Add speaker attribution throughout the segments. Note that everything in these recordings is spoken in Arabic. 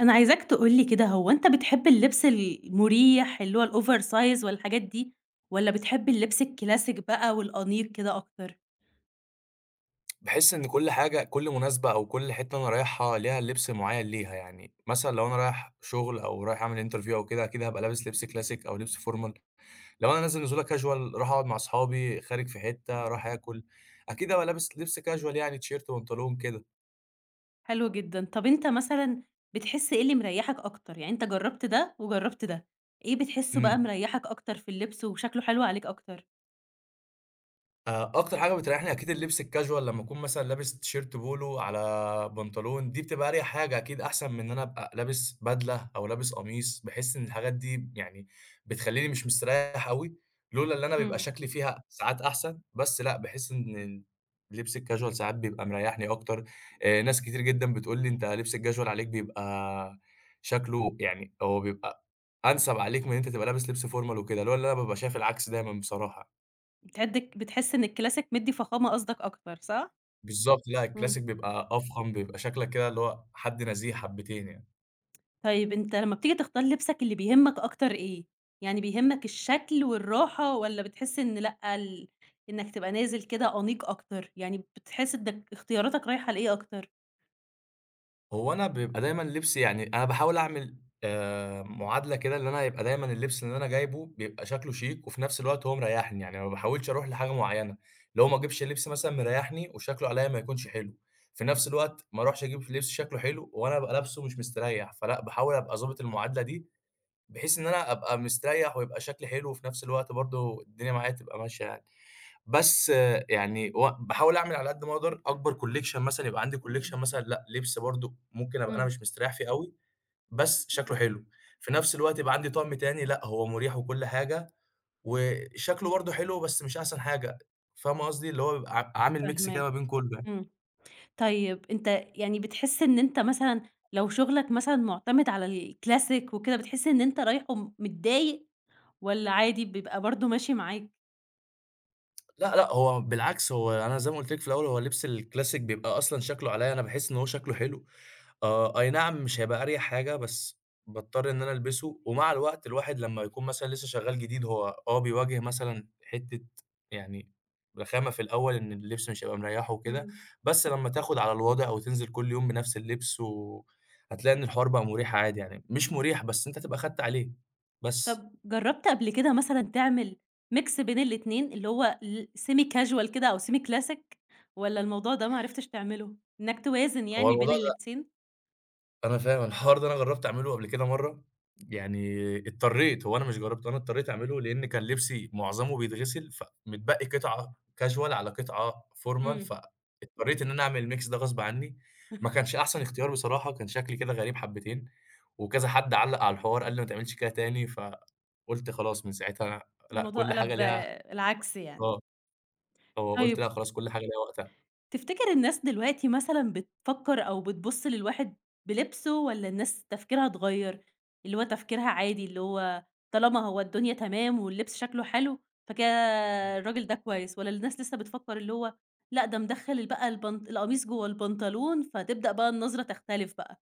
Speaker 1: أنا عايزاك تقول لي كده، هو أنت بتحب اللبس المريح اللي هو الoversize والحاجات دي، والّا بتحب اللبس الكلاسيك بقى والأنيق كده أكتر؟
Speaker 2: باحس إن كل حاجة كل مناسبة أو كل حتّة أنا رايحها ليها لبس معيّن ليها، يعني مثلًا لو أنا رايح شغل أو رايح أعمل interview أو كده، أكيد هابقى لابس لبس classic أو لبس formal. لو أنا نازل نزولة casual رايح أقعد مع أصحابي، خارج في حتّة، رايح آكل، أكيد هابقى لابس لبس casual يعني تيشيرت، بنطلون كده.
Speaker 1: حلو جدًا، طب أنت مثلًا بتحس إيه اللي مريحك أكتر؟ يعني أنت جربت ده وجربت ده، إيه بتحسه بقى
Speaker 2: إمم.
Speaker 1: مريحك أكتر في اللبس وشكله حلو عليك أكتر؟
Speaker 2: أكتر حاجة بتريحني أكيد اللبس الcasual لمّا أكون مثلًا لابس تيشيرت بولو على بنطلون، دي بتبقى أريح حاجة أكيد أحسن من إن أنا أبقى لابس بدلة أو لابس قميص، باحس إن الحاجات دي يعني بتخلّيني مش مستريح أوي، لولا اللي أنا بيبقى
Speaker 1: إمم،
Speaker 2: شكلي فيها ساعات أحسن، بس لأ، باحس إن لبس الcasual ساعات بيبقى مريحني أكتر. ناس كتير جدًا بتقول لي: "أنت لبس الcasual عليك بيبقى شكله يعني هو بيبقى أنسب عليك من إن أنت تبقى لابس لبس formal وكده." لولا إن أنا بابقى شايف العكس دايمًا بصراحة.
Speaker 1: بتحس إن الكلاسيك مدّي فخامة قصدك أكتر، صح؟
Speaker 2: بالضبط، لأ
Speaker 1: إمم.
Speaker 2: الكلاسيك بيبقى أفخم، بيبقى شكلك كده اللي هو حد نزيه حبتين يعني.
Speaker 1: طيب أنت لمّا بتيجي تختار لبسك اللي بيهمك أكتر إيه؟ يعني بيهمك الشكل والراحة والّا بتحس إن لأ، إنك تبقى نازل كده أنيق أكتر، يعني بتحس إنك اختياراتك رايحة لإيه أكتر؟
Speaker 2: هو أنا بيبقى دايمًا لبسي يعني أنا باحاول أعمل معادلة كده اللي أنا يبقى دايمًا اللبس اللي أنا جايبه بيبقى شكله شيك، وفي نفس الوقت هو مريحني، يعني ما باحاولش أروح لحاجة معينة، اللي هو ما أجيبش لبس مثلًا مريحني وشكله عليَّ ما يكونش حلو، في نفس الوقت ما أروحش أجيب لبس شكله حلو وأنا أبقى لابسه مش مستريح، فلأ باحاول أبقى ضابط المعادلة دي، بحيث إن أنا أبقى مستريح ويبقى شكلي حلو، وفي نفس الوقت برضه الدنيا معايا تبقى ماشية يعني. بس آه، يعني باحاول أعمل على قد ما أقدر أكبر collection مثلًا، يبقى عندي collection مثلًا لأ، لبس برضه ممكن أبقى أنا
Speaker 1: إمم،
Speaker 2: مش مستريّح فيه أوي، بس شكله حلو، في نفس الوقت يبقى عندي طقم تاني لأ، هو مريح وكل حاجة، وشكله برضه حلو بس مش أحسن حاجة، فاهمة قصدي؟ اللي هو بابقى عامل mix كده ما
Speaker 1: فاهماك،
Speaker 2: بين كله يعني.
Speaker 1: إمم. طيب أنت يعني بتحس إن أنت مثلًا لو شغلك مثلًا مُعتمد على الكلاسيك وكده، بتحس إن أنت رايحه متضايق والّا عادي بيبقى برضه ماشي معاك؟
Speaker 2: لأ، لأ، هو بالعكس هو أنا زي ما قُلت لِك في الأول، هو اللبس الclassic بيبقى أصلًا شكله عليّا أنا باحس إن هو شكله حلو. آه، أي نعم مش هيبقى أريح حاجة، بس باضطر إن أنا ألبسه، ومع الوقت الواحد لمّا يكون مثلًا لسه شغال جديد هو آه، بيواجه مثلًا حتة يعني رخامة في الأول إن اللبس مش هيبقى مريّحه وكده،
Speaker 1: إمم.
Speaker 2: بس لمّا تاخد على الوضع وتنزل كل يوم بنفس اللبس هتلاقي إن الحوار بقى مُريح عادي يعني، مش مُريح بس أنت هتبقى خدت عليه، بس
Speaker 1: طب جرّبت قبل كده مثلًا تعمل mix بين الاتنين، اللي هو ال semi casual كده أو semi classic والّا الموضوع ده ما عرفتش تعمله؟ إنّك توازن
Speaker 2: هو
Speaker 1: يعني بين
Speaker 2: الموضوع ده
Speaker 1: اللبسين؟
Speaker 2: أنا فاهم، الحوار ده أنا جرّبت أعمله قبل كده مرّة، يعني اضطريت، هو أنا مش جرّبته، أنا اضطريت أعمله لإن كان لبسي معظمه بيتغسل، فمتبقي قطعة casual على قطعة formal،
Speaker 1: إمم.
Speaker 2: فاضطريت إن أنا أعمل الmix ده غصب عنّي، ما كانش أحسن اختيار بصراحة، كان شكلي كده غريب حبّتين، وكذا حد علّق على الحوار قال لي: "ما تعملش كده تاني." فقُلت خلاص من ساعتها لأ،
Speaker 1: الموضوع
Speaker 2: كل حاجة
Speaker 1: قَلَب
Speaker 2: ليها
Speaker 1: العكس يعني.
Speaker 2: آه، آه، قُلت
Speaker 1: طيب
Speaker 2: لأ خلاص كل حاجة ليها وقتها.
Speaker 1: تفتكر الناس دلوقتي مثلًا بتفكّر أو بتبُص للواحد بلبسه والّا الناس تفكيرها اتغيّر، اللي هو تفكيرها عادي، اللي هو طالما هو الدنيا تمام واللبس شكله حلو، فكده الراجل ده كويس، والّا الناس لسه بتفكّر اللي هو لأ ده مدخّل بقى البنط القميص جوّه البنطلون، فتبدأ بقى النظرة تختلف بقى؟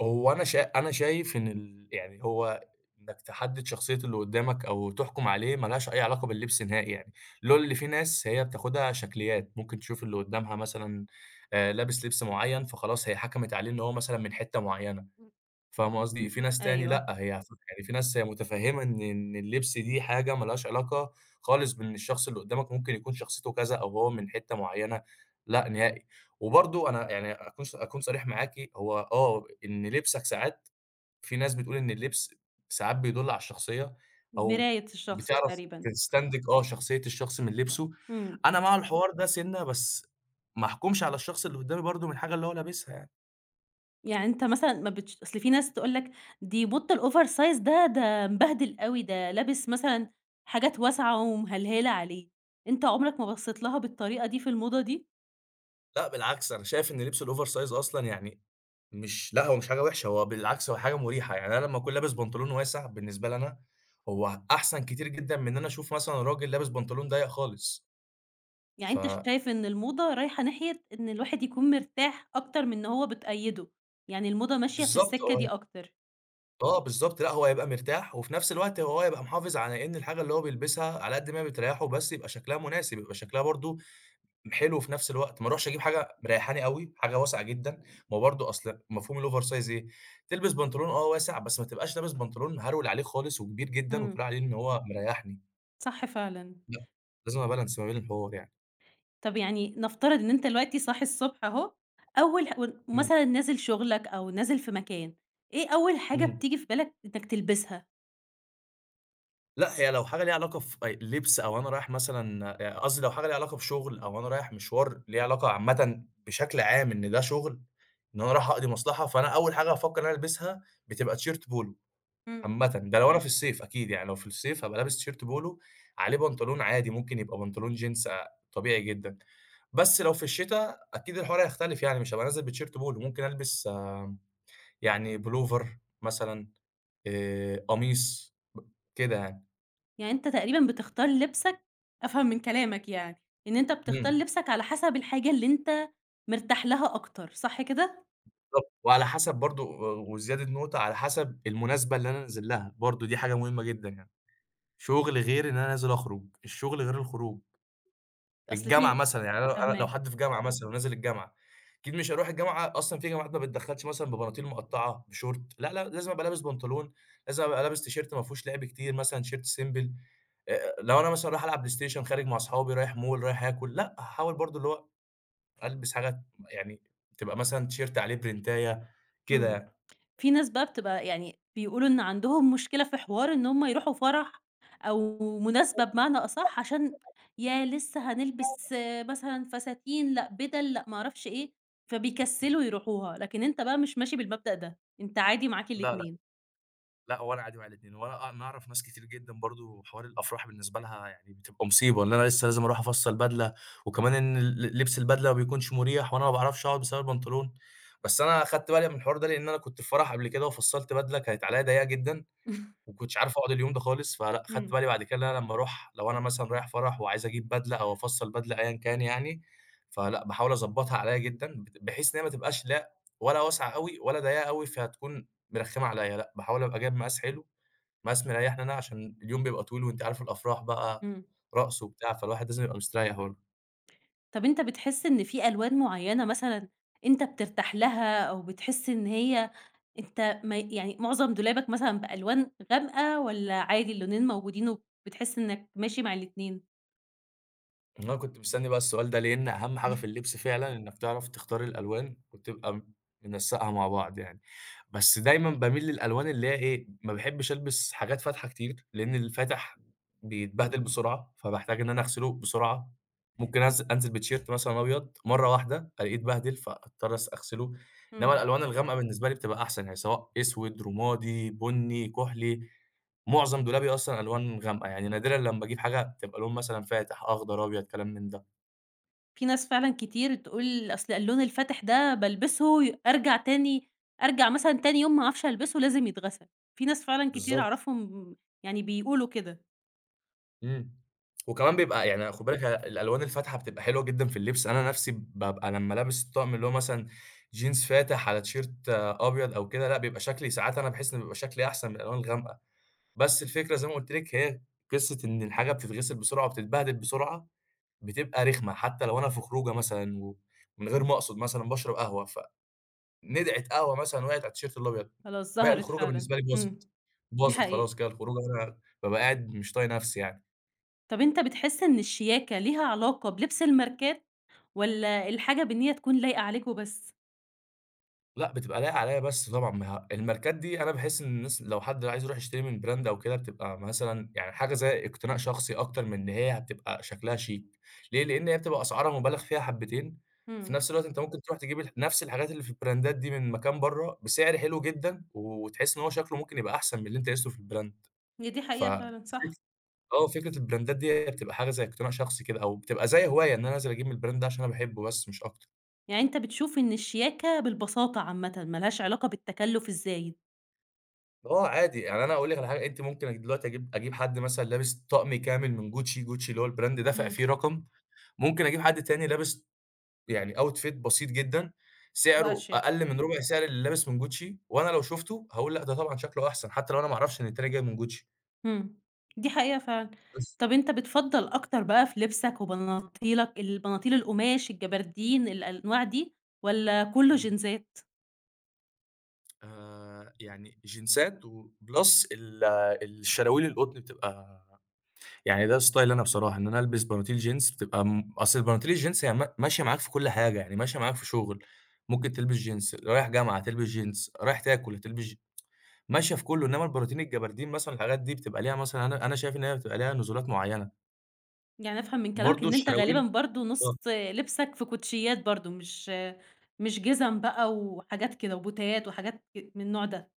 Speaker 2: هو أنا أنا شايف إن يعني هو إنك تحدد شخصية اللي قدامك أو تحكم عليه ما لهاش أي علاقة باللبس نهائي يعني، لولا اللي في ناس هي بتاخدها شكليات، ممكن تشوف اللي قدامها مثلًا لابس لبس معين، فخلاص هي حكمت عليه إن هو مثلًا من حتة معينة.
Speaker 1: إمم.
Speaker 2: فاهمة قصدي؟ في ناس تاني
Speaker 1: أيوه،
Speaker 2: لأ، هي يعني في ناس هي متفهمة إن اللبس دي حاجة ما لهاش علاقة خالص بإن الشخص اللي قدامك ممكن يكون شخصيته كذا أو هو من حتة معينة، لأ نهائي. وبرضه أنا يعني أكون صريح معاكِ، هو آه، إن لبسك ساعات في ناس بتقول إن اللبس ساعات بيدل على الشخصية أو
Speaker 1: مراية الشخص
Speaker 2: بتعرف
Speaker 1: تقريبًا.
Speaker 2: تستنتج آه شخصية الشخص من لبسه.
Speaker 1: إمم.
Speaker 2: أنا مع الحوار ده سِنّة، بس ما أحكمش على الشخص اللي قدامي برضه من الحاجة اللي هو لابسها يعني.
Speaker 1: يعني أنت مثلًا ما بتش أصل في ناس تقول لك دي الoversize ده، ده مبهدل أوي، ده لابس مثلًا حاجات واسعة ومهلهلة عليه، أنت عمرك ما بصيت لها بالطريقة دي في الموضة دي؟
Speaker 2: لأ بالعكس، أنا شايف إن لبس الأوفر سايز أصلًا يعني مش لأ هو مش حاجة وحشة، هو بالعكس هو حاجة مريحة، يعني أنا لمّا أكون لابس بنطلون واسع بالنسبة لي أنا، هو أحسن كتير جدًا من إن أنا أشوف مثلًا راجل لابس بنطلون ضيّق خالص،
Speaker 1: يعني
Speaker 2: ف
Speaker 1: أنت شايف إن الموضة رايحة ناحية إن الواحد يكون مرتاح أكتر من إن هو بتقيده، يعني الموضة ماشية في
Speaker 2: بالضبط
Speaker 1: السكة
Speaker 2: هو
Speaker 1: دي
Speaker 2: هي
Speaker 1: أكتر.
Speaker 2: آه بالضبط، لأ هو هيبقى مرتاح وفي نفس الوقت هو هيبقى محافظ على إن الحاجة اللي هو بيلبسها على قد ما هي بتريّحه بس يبقى شكلها مناسب، يبقى شكلها برضه حلو في نفس الوقت، ما اروحش اجيب حاجة مريحاني أوي، حاجة واسعة جدًا، ما هو برضه أصل مفهوم الover size إيه، تلبس بنطلون آه واسع، بس ما تبقاش لابس بنطلون هرول عليه خالص وكبير جدًا
Speaker 1: إمم،
Speaker 2: وتقول عليه إن هو مريحني،
Speaker 1: صح فعلًا.
Speaker 2: لأ، لازم أبالانس ما بين الحوار يعني،
Speaker 1: طب يعني نفترض إن أنت دلوقتي صاحي الصبح أهو، أول ح و
Speaker 2: إمم،
Speaker 1: مثلًا نازل شغلك أو نازل في مكان، إيه أول حاجة
Speaker 2: إمم،
Speaker 1: بتيجي في بالك إنك تلبسها؟
Speaker 2: لأ هي لو حاجة ليها علاقة في لبس أو أنا رايح مثلًا قصدي لو حاجة ليها علاقة بشغل أو أنا رايح مشوار ليه علاقة عامةً بشكل عام إن ده شغل، إن أنا رايح أقضي مصلحة، فأنا أول حاجة هافكر إن أنا ألبسها بتبقى تيشيرت polo. عامةً،
Speaker 1: إمم.
Speaker 2: ده لو أنا في الصيف أكيد، يعني لو في الصيف هابقى لابس تيشيرت بولو عليه بنطلون عادي، ممكن يبقى بنطلون جينز طبيعي جدًا، بس لو في الشتا أكيد الحوار هيختلف يعني، مش هابقى نازل بتيشيرت بولو، ممكن ألبس يعني بلوفر مثلًا، قميص كده يعني.
Speaker 1: يعني أنت تقريبًا بتختار لبسك أفهم من كلامك يعني، إن أنت بتختار
Speaker 2: إمم،
Speaker 1: لبسك على حسب الحاجة اللي أنت مرتاح لها أكتر، صح كده؟
Speaker 2: بالضبط، وعلى حسب برضه وزيادة نقطة، على حسب المناسبة اللي أنا نازل لها، برضه دي حاجة مهمة جدًا يعني، شغل غير إن أنا نازل أخرج، الشغل غير الخروج.
Speaker 1: أصل
Speaker 2: الجامعة
Speaker 1: في
Speaker 2: مثلًا، يعني أنا لو
Speaker 1: فاهماك،
Speaker 2: حد في جامعة مثلًا ونازل الجامعة، أكيد مش هاروح الجامعة أصلًا في جامعات ما بتدخّلش مثلًا ببناطيل مقطّعة، بشورت، لا، لا، لازم أبقى لابس بنطلون، لازم أبقى لابس تيشيرت ما فيهوش لعب كتير مثلًا، تيشيرت simple لو أنا مثلًا رايح ألعب بلاي ستيشن، خارج مع أصحابي، رايح مول، رايح آكل، لأ، هاحاول برضه اللي هو ألبس حاجة يعني تبقى مثلًا تيشيرت عليه برنتاية كده
Speaker 1: إمم.
Speaker 2: يعني.
Speaker 1: في ناس بقى بتبقى يعني بيقولوا إن عندهم مشكلة في حوار إن هُم يروحوا فرح أو مناسبة بمعنى أصح عشان ياه لسه هنلبس مثلًا فساتين، لأ بِدَل، لأ ما أعرفش إيه، فبيكسّلوا يروحوها، لكن أنت بقى مش ماشي بالمبدأ ده، أنت عادي معاك
Speaker 2: لا،
Speaker 1: الاتنين.
Speaker 2: لأ، هو أنا عادي مع الاتنين، هو أنا أعرف ناس كتير جدًا برضه حوار الأفراح بالنسبة لها يعني بتبقى مصيبة، إن أنا لسه لازم أروح أفصّل بدلة، وكمان إن لبس البدلة ما بيكونش مريح، وأنا ما باعرفش أقعد بسبب البنطلون، بس أنا أخدت بالي من الحوار ده لإن أنا كنت في فرح قبل كده وفصّلت بدلة كانت عليّا ضيّقة جدًا وما كنتش عارف أقعد اليوم ده خالص، فلأ خدت
Speaker 1: إمم،
Speaker 2: بالي بعد كده إن أنا لمّا أروح لو أنا مثلًا رايح فرح وعايز أجيب بدلة أو أفصّل بدلة أيًا كان يعني، فلأ باحاول أضبّطها عليّا جدًا بحيث إن هي ما تبقاش لا ولا واسعة أوي ولا ضيّقة أوي فهتكون مرخّمة عليّا، لأ باحاول أبقى جايب مقاس حلو، مقاس مريّحني أنا عشان اليوم بيبقى طويل وأنتِ عارفة الأفراح بقى
Speaker 1: إمم.
Speaker 2: رقص وبتاع، فالواحد لازم يبقى مستريّح برضه.
Speaker 1: طب أنت بتحس إن في ألوان معيّنة مثلًا أنت بترتاح لها أو بتحس إن هي أنت ما يعني معظم دولابك مثلًا بألوان غامقة والّا عادي اللونين موجودين وبتحس إنّك ماشي مع الاتنين؟
Speaker 2: أنا كنت مستني بقى السؤال ده، لإن أهم حاجة في اللبس فعلًا إنك تعرف تختار الألوان وتبقى منسّقها مع بعض يعني، بس دايمًا باميل للألوان اللي هي إيه، ما باحبش ألبس حاجات فاتحة كتير، لإن الفاتح بيتبهدل بسرعة، فباحتاج إن أنا أغسله بسرعة، ممكن أنزل بتيشيرت مثلًا أبيض مرة واحدة ألاقيه اتبهدل فأضطر أغسله، إنما
Speaker 1: إمم.
Speaker 2: الألوان الغامقة بالنسبة لي بتبقى أحسن يعني سواء أسود، رمادي، بني، كحلي. معظم دولابي أصلًا ألوان غامقة، يعني نادرًا لمّا أجيب حاجة تبقى لون مثلًا فاتح، أخضر، أبيض، كلام من ده.
Speaker 1: في ناس فعلًا كتير تقول أصل اللون الفاتح ده بالبسه أرجع مثلًا تاني يوم ما أعرفش ألبسه لازم يتغسل، في ناس فعلًا كتير
Speaker 2: بالضبط.
Speaker 1: أعرفهم يعني بيقولوا كده،
Speaker 2: إمم. وكمان بيبقى يعني خُد بالك الألوان الفاتحة بتبقى حلوة جدًا في اللبس، أنا نَفْسي بابقى لمّا لابس الطقم اللي هو مثلًا جينز فاتح على تيشيرت آه، أبيض أو كده، لأ بيبقى شكلي ساعات أنا باحس إن بيبقى شكلي أحسن من الألوان الغامقة، بس الفكرة زي ما قُلت لِك هي قصة إن الحاجة بتتغسل بسرعة وبتتبهدل بسرعة، بتبقى رخمة، حتى لو أنا في خروجة مثلًا ومن غير ما أقصد مثلًا باشرب قهوة ندعة قهوة مثلًا وقعت على التيشيرت الأبيض،
Speaker 1: خلاص
Speaker 2: باقي
Speaker 1: ظهرت
Speaker 2: الخروجة
Speaker 1: فعلًا،
Speaker 2: بالنسبة لي
Speaker 1: إمم،
Speaker 2: باظت،
Speaker 1: دي
Speaker 2: باظت
Speaker 1: حقيقة.
Speaker 2: خلاص كده الخروجة أنا بابقى قاعد مش طايق نفسي يعني،
Speaker 1: طب أنت بتحس إن الشياكة ليها علاقة بلبس الماركات؟ والّا الحاجة بالنية تكون لايقة عليك وبس؟
Speaker 2: لأ بتبقى لايقة عليَّ بس طبعًا ما ه الماركات دي أنا باحس إن الناس لو حد عايز يروح يشتري من براند أو كده بتبقى مثلًا يعني حاجة زي اقتناء شخصي أكتر من إن هي هتبقى شكلها شيك، ليه؟ لإن هي بتبقى أسعارها مبالغ فيها حبتين، في
Speaker 1: إمم،
Speaker 2: نفس الوقت أنت ممكن تروح تجيب نفس الحاجات اللي في البراندات دي من مكان برّه بسعر حلو جدًا، وتحس إن هو شكله ممكن يبقى أحسن من اللي أنت قيسته في البراند،
Speaker 1: هي دي
Speaker 2: ف
Speaker 1: حقيقة فعلًا، صح.
Speaker 2: آه، فكرة البراندات ديّة بتبقى حاجة زي اقتناع شخصي كده، أو بتبقى زي هواية إن أنا أنزل أجيب من البراند ده عشان أنا باحبه بس مش أكتر.
Speaker 1: يعني أنت بتشوف إن الشياكة بالبساطة عامةً، ما لهاش علاقة بالتكلُّف الزايد.
Speaker 2: آه، عادي يعني أنا هاقول لِك على حاجة، أنتِ ممكن دلوقتي أجيب حد مثلًا لابس طقم كامل من Gucci اللي هو البراند دافع
Speaker 1: إمم،
Speaker 2: فيه رقم، ممكن أجيب حد تاني لابس يعني outfit بسيط جدًا،
Speaker 1: تبقى
Speaker 2: سعره
Speaker 1: شياكة.
Speaker 2: أقل من ربع سعر اللي لابس من Gucci، وأنا لو شُفته هاقول لأ ده طبعًا شكله أحسن، حتى لو أنا ما أعرفش إن التاني جاي من Gucci.
Speaker 1: إمم، دي حقيقة فعلًا.
Speaker 2: بس.
Speaker 1: طَب أنت بتفضّل أكتر بقى في لبسك وبناطيلك البناطيل القماش، الجبردين، الأنواع دي والّا كُلّه
Speaker 2: إمم.
Speaker 1: جينزات؟
Speaker 2: يعني جينزات وplus الشراويل القطن بتبقى، يعني ده ستايل أنا بصراحة، إن أنا ألبس بناطيل جينز بتبقى، أصل بناطيل الجينز هي ما ماشية معاك في كل حاجة، يعني ماشية معاك في شغل، ممكن تلبس جينز، رايح جامعة هتلبس جينز، رايح تاكل هتلبس ماشية في كله، إنما البناطيل الجبردين مثلًا الحاجات دي بتبقى ليها، مثلًا أنا شايف إن هي بتبقى ليها نزولات معيّنة،
Speaker 1: يعني أفهم من كلامك
Speaker 2: برضه
Speaker 1: إن أنت غالبًا
Speaker 2: الشراويل.
Speaker 1: برضه نُص
Speaker 2: آه،
Speaker 1: لبسك في كوتشيات برضه، مش جِزم بقى وحاجات كده وبوتيات وحاجات من النوع ده.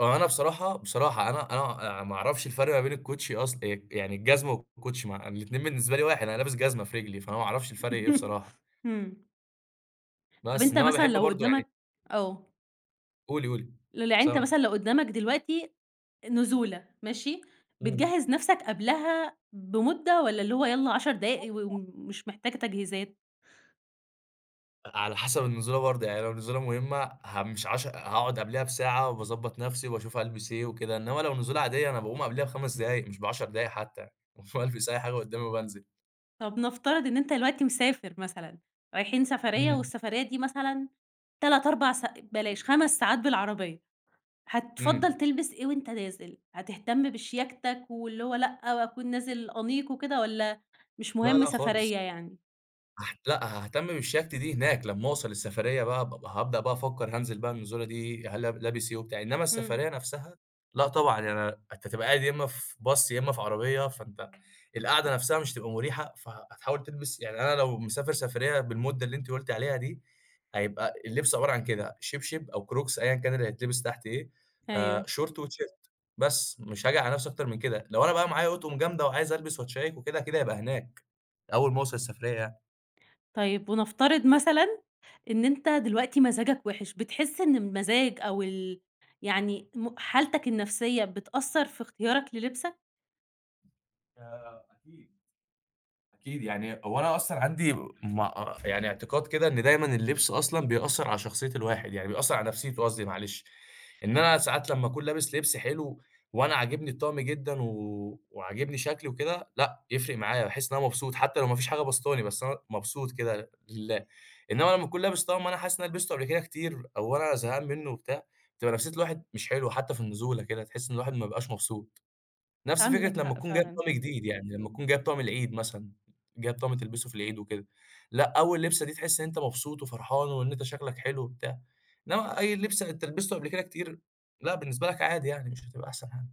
Speaker 2: آه، أنا بصراحة بصراحة أنا ما أعرفش الفرق ما بين الكوتشي، أصل يعني الجزمة والكوتشي، ما الاتنين بالنسبة لي واحد، أنا لابس جزمة في رجلي، فأنا ما أعرفش الفرق إيه بصراحة،
Speaker 1: إمم. طب
Speaker 2: بس
Speaker 1: أنت
Speaker 2: إنما
Speaker 1: مثلًا
Speaker 2: باحب
Speaker 1: لو
Speaker 2: برضه يعني.
Speaker 1: قدّامك آه.
Speaker 2: قولي، قولي،
Speaker 1: يعني أنت مثلًا لو
Speaker 2: سامعِك.
Speaker 1: قدّامك دلوقتي نزولة ماشي،
Speaker 2: إمم.
Speaker 1: بتجهّز نَفْسك قبلها بمُدة والّا اللي هو يالّا 10 دقايق و ومش محتاجة تجهيزات؟
Speaker 2: على حسب النزولة برضه، يعني لو النزولة مهمة، مش هاقعد قبلها بساعة وباضبّط نفسي وباشوف هالبس إيه وكده، إنما لو نزولة عادية أنا باقوم قبلها ب5 دقايق مش ب10 دقايق حتى، باقوم ألبس أي حاجة قدامي وبانزل.
Speaker 1: طب نفترض إن أنت دلوقتي مسافر مثلًا، رايحين سفرية
Speaker 2: إمم،
Speaker 1: والسفرية دي مثلًا 3، 4 بلاش 5 ساعات بالعربية، هتفضّل
Speaker 2: إمم.
Speaker 1: تلبس إيه وأنت نازل؟ هتهتم بشياكتك واللي هو لأ، وأكون نازل أنيق وكده والّا مش
Speaker 2: لا،
Speaker 1: مهم
Speaker 2: لا خالص.
Speaker 1: سفرية يعني؟
Speaker 2: لأ، هاهتم بالشياكة دي هناك، لمّا أوصل السفرية بقى بابقى هابدأ بقى أفكّر هانزل بقى النزولة دي، هل لاب لابس إيه وبتاع، إنّما
Speaker 1: إمم.
Speaker 2: السفرية نَفْسها لأ طبعًا، يعني أنت تبقى قاعد يا إمّا في باص يا إمّا في عربية، فأنت القعدة نَفْسها مش هتبقى مُريحة، فهتحاول تلبس، يعني أنا لو مسافر سفرية بالمدة اللي أنتِ قُلتِ عليها دي، هيبقى اللبس عبارة عن كده شبشب أو كروكس أيًا كان اللي هيتلبس تحت إيه،
Speaker 1: أيوه.
Speaker 2: شورت وتيشيرت بس، مش هاجي على نَفْسي أكتر من كده، لو أنا بقى معايا أطقم جامدة وعايز ألبس وأتشيّك وكده، كده هيبقى هناك، أول ما أوصل السفرية يعني.
Speaker 1: طيب ونفترض مثلًا إن أنت دلوقتي مزاجك وِحِش، بتحس إن المزاج أو يعني حالتك النفسية بتأثّر في اختيارك للبسك؟
Speaker 2: أكيد، أكيد. يعني هو أنا أصلًا عندي يعني اعتقاد كده، إن دايمًا اللبس أصلًا بيأثّر على شخصية الواحد، يعني بيأثّر على نفسيته، قصدي معلش. إن أنا ساعات لمّا أكون لابس لبس حلو وأنا عاجبني الطقم جدًا و وعاجبني شكلي وكده، لأ، يفرق معايا، باحس إن أنا مبسوط حتى لو ما فيش حاجة باسطاني، بس أنا مبسوط كده لله. إنّما لمّا أكون لابس طقم أنا حاسس إن أنا لبسته قبل كده كتير أو أنا زهقان منّه وبتاع، بتبقى نفسية الواحد مش حلوة حتى في النزولة كده، تحس إن الواحد ما بيبقاش مبسوط. نفس
Speaker 1: عندك
Speaker 2: فكرة لمّا
Speaker 1: حق
Speaker 2: تكون جايب
Speaker 1: فعلًا.
Speaker 2: طقم جديد، يعني لمّا تكون جايب طقم العيد مثلًا، جايب طقم تلبسه في العيد وكده، لأ أول لبسة دي تحس إن أنت مبسوط وفرحان وإن أنت شكلك حلو وبتاع، إنما أي لبس أنت لبسته قبل كده كتير، لأ بالنسبة لك عادي يعني مش هتبقى أحسن حاجة.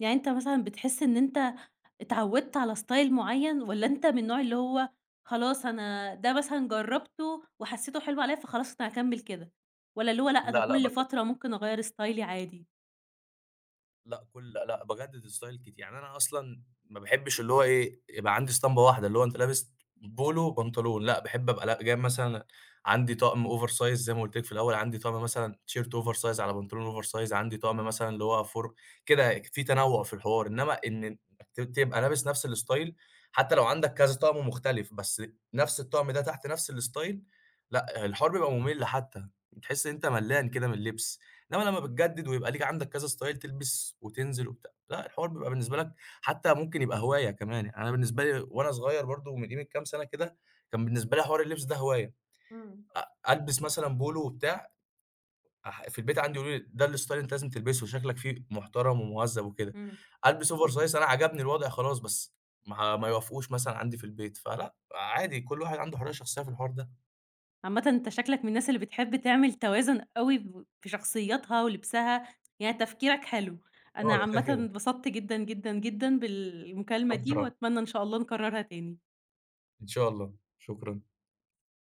Speaker 1: يعني أنت مثلًا بتحس إن أنت اتعوّدت على style معيّن والّا أنت من النوع اللي هو خلاص أنا ده مثلًا جرّبته وحسّيته حلو عليّا فخلاص أنا هاكمّل كده، والّا اللي هو لأ، أنا
Speaker 2: لأ، لأ،
Speaker 1: كل فترة ممكن أغيّر ستايلي عادي؟
Speaker 2: لأ لأ، لأ باجدد الstyle كتير، يعني أنا أصلًا ما باحبش اللي هو إيه، يبقى عندي اسطمبة واحدة، اللي هو أنت لابس بولو وبنطلون، لأ باحب أبقى لأ جايب مثلًا عندي طقم oversize زي ما قُلت لك في الأول، عندي طقم مثلًا تيشيرت oversize على بنطلون oversize، عندي طقم مثلًا اللي هو كده، في تنوُّع في الحوار، إنما إن تبقى لابس نفس الstyle حتى لو عندك كذا طقم مختلف، بس نفس الطقم ده تحت نفس الstyle، لأ، الحوار بيبقى ممل حتى، بتحس إن أنت ملّان كده من اللبس. انما لما بتجدد ويبقى ليك عندك كذا ستايل تلبس وتنزل وبتاع، لأ الحوار بيبقى بالنسبة لك، حتى ممكن يبقى هواية كمان، يعني أنا بالنسبة لي وأنا صغير برضه من قيمة كام سنة كده، كان بالنسبة لي حوار اللبس ده هواية،
Speaker 1: إمم،
Speaker 2: ألبس مثلًا بولو وبتاع، في البيت عندي يقولوا لي ده الستايل اللي أنت لازم تلبسه شكلك فيه محترم ومهذب وكده،
Speaker 1: إمم.
Speaker 2: ألبس over size أنا عجبني الوضع خلاص بس ما يوافقوش مثلًا عندي في البيت، فلأ عادي كل واحد عنده حرية شخصية في الحوار ده،
Speaker 1: عامةً أنت شكلك من الناس اللي بتحب تعمل توازن أوي في شخصياتها ولبسها، يعني تفكيرك حلو. أنا
Speaker 2: آه ده كده
Speaker 1: عامةً
Speaker 2: كده،
Speaker 1: اتبسطت جدًا، جدًا، جدًا بالمكالمة دي
Speaker 2: أكتر آه،
Speaker 1: وأتمنى إن شاء الله نكررها تاني.
Speaker 2: إن شاء الله، شكرًا.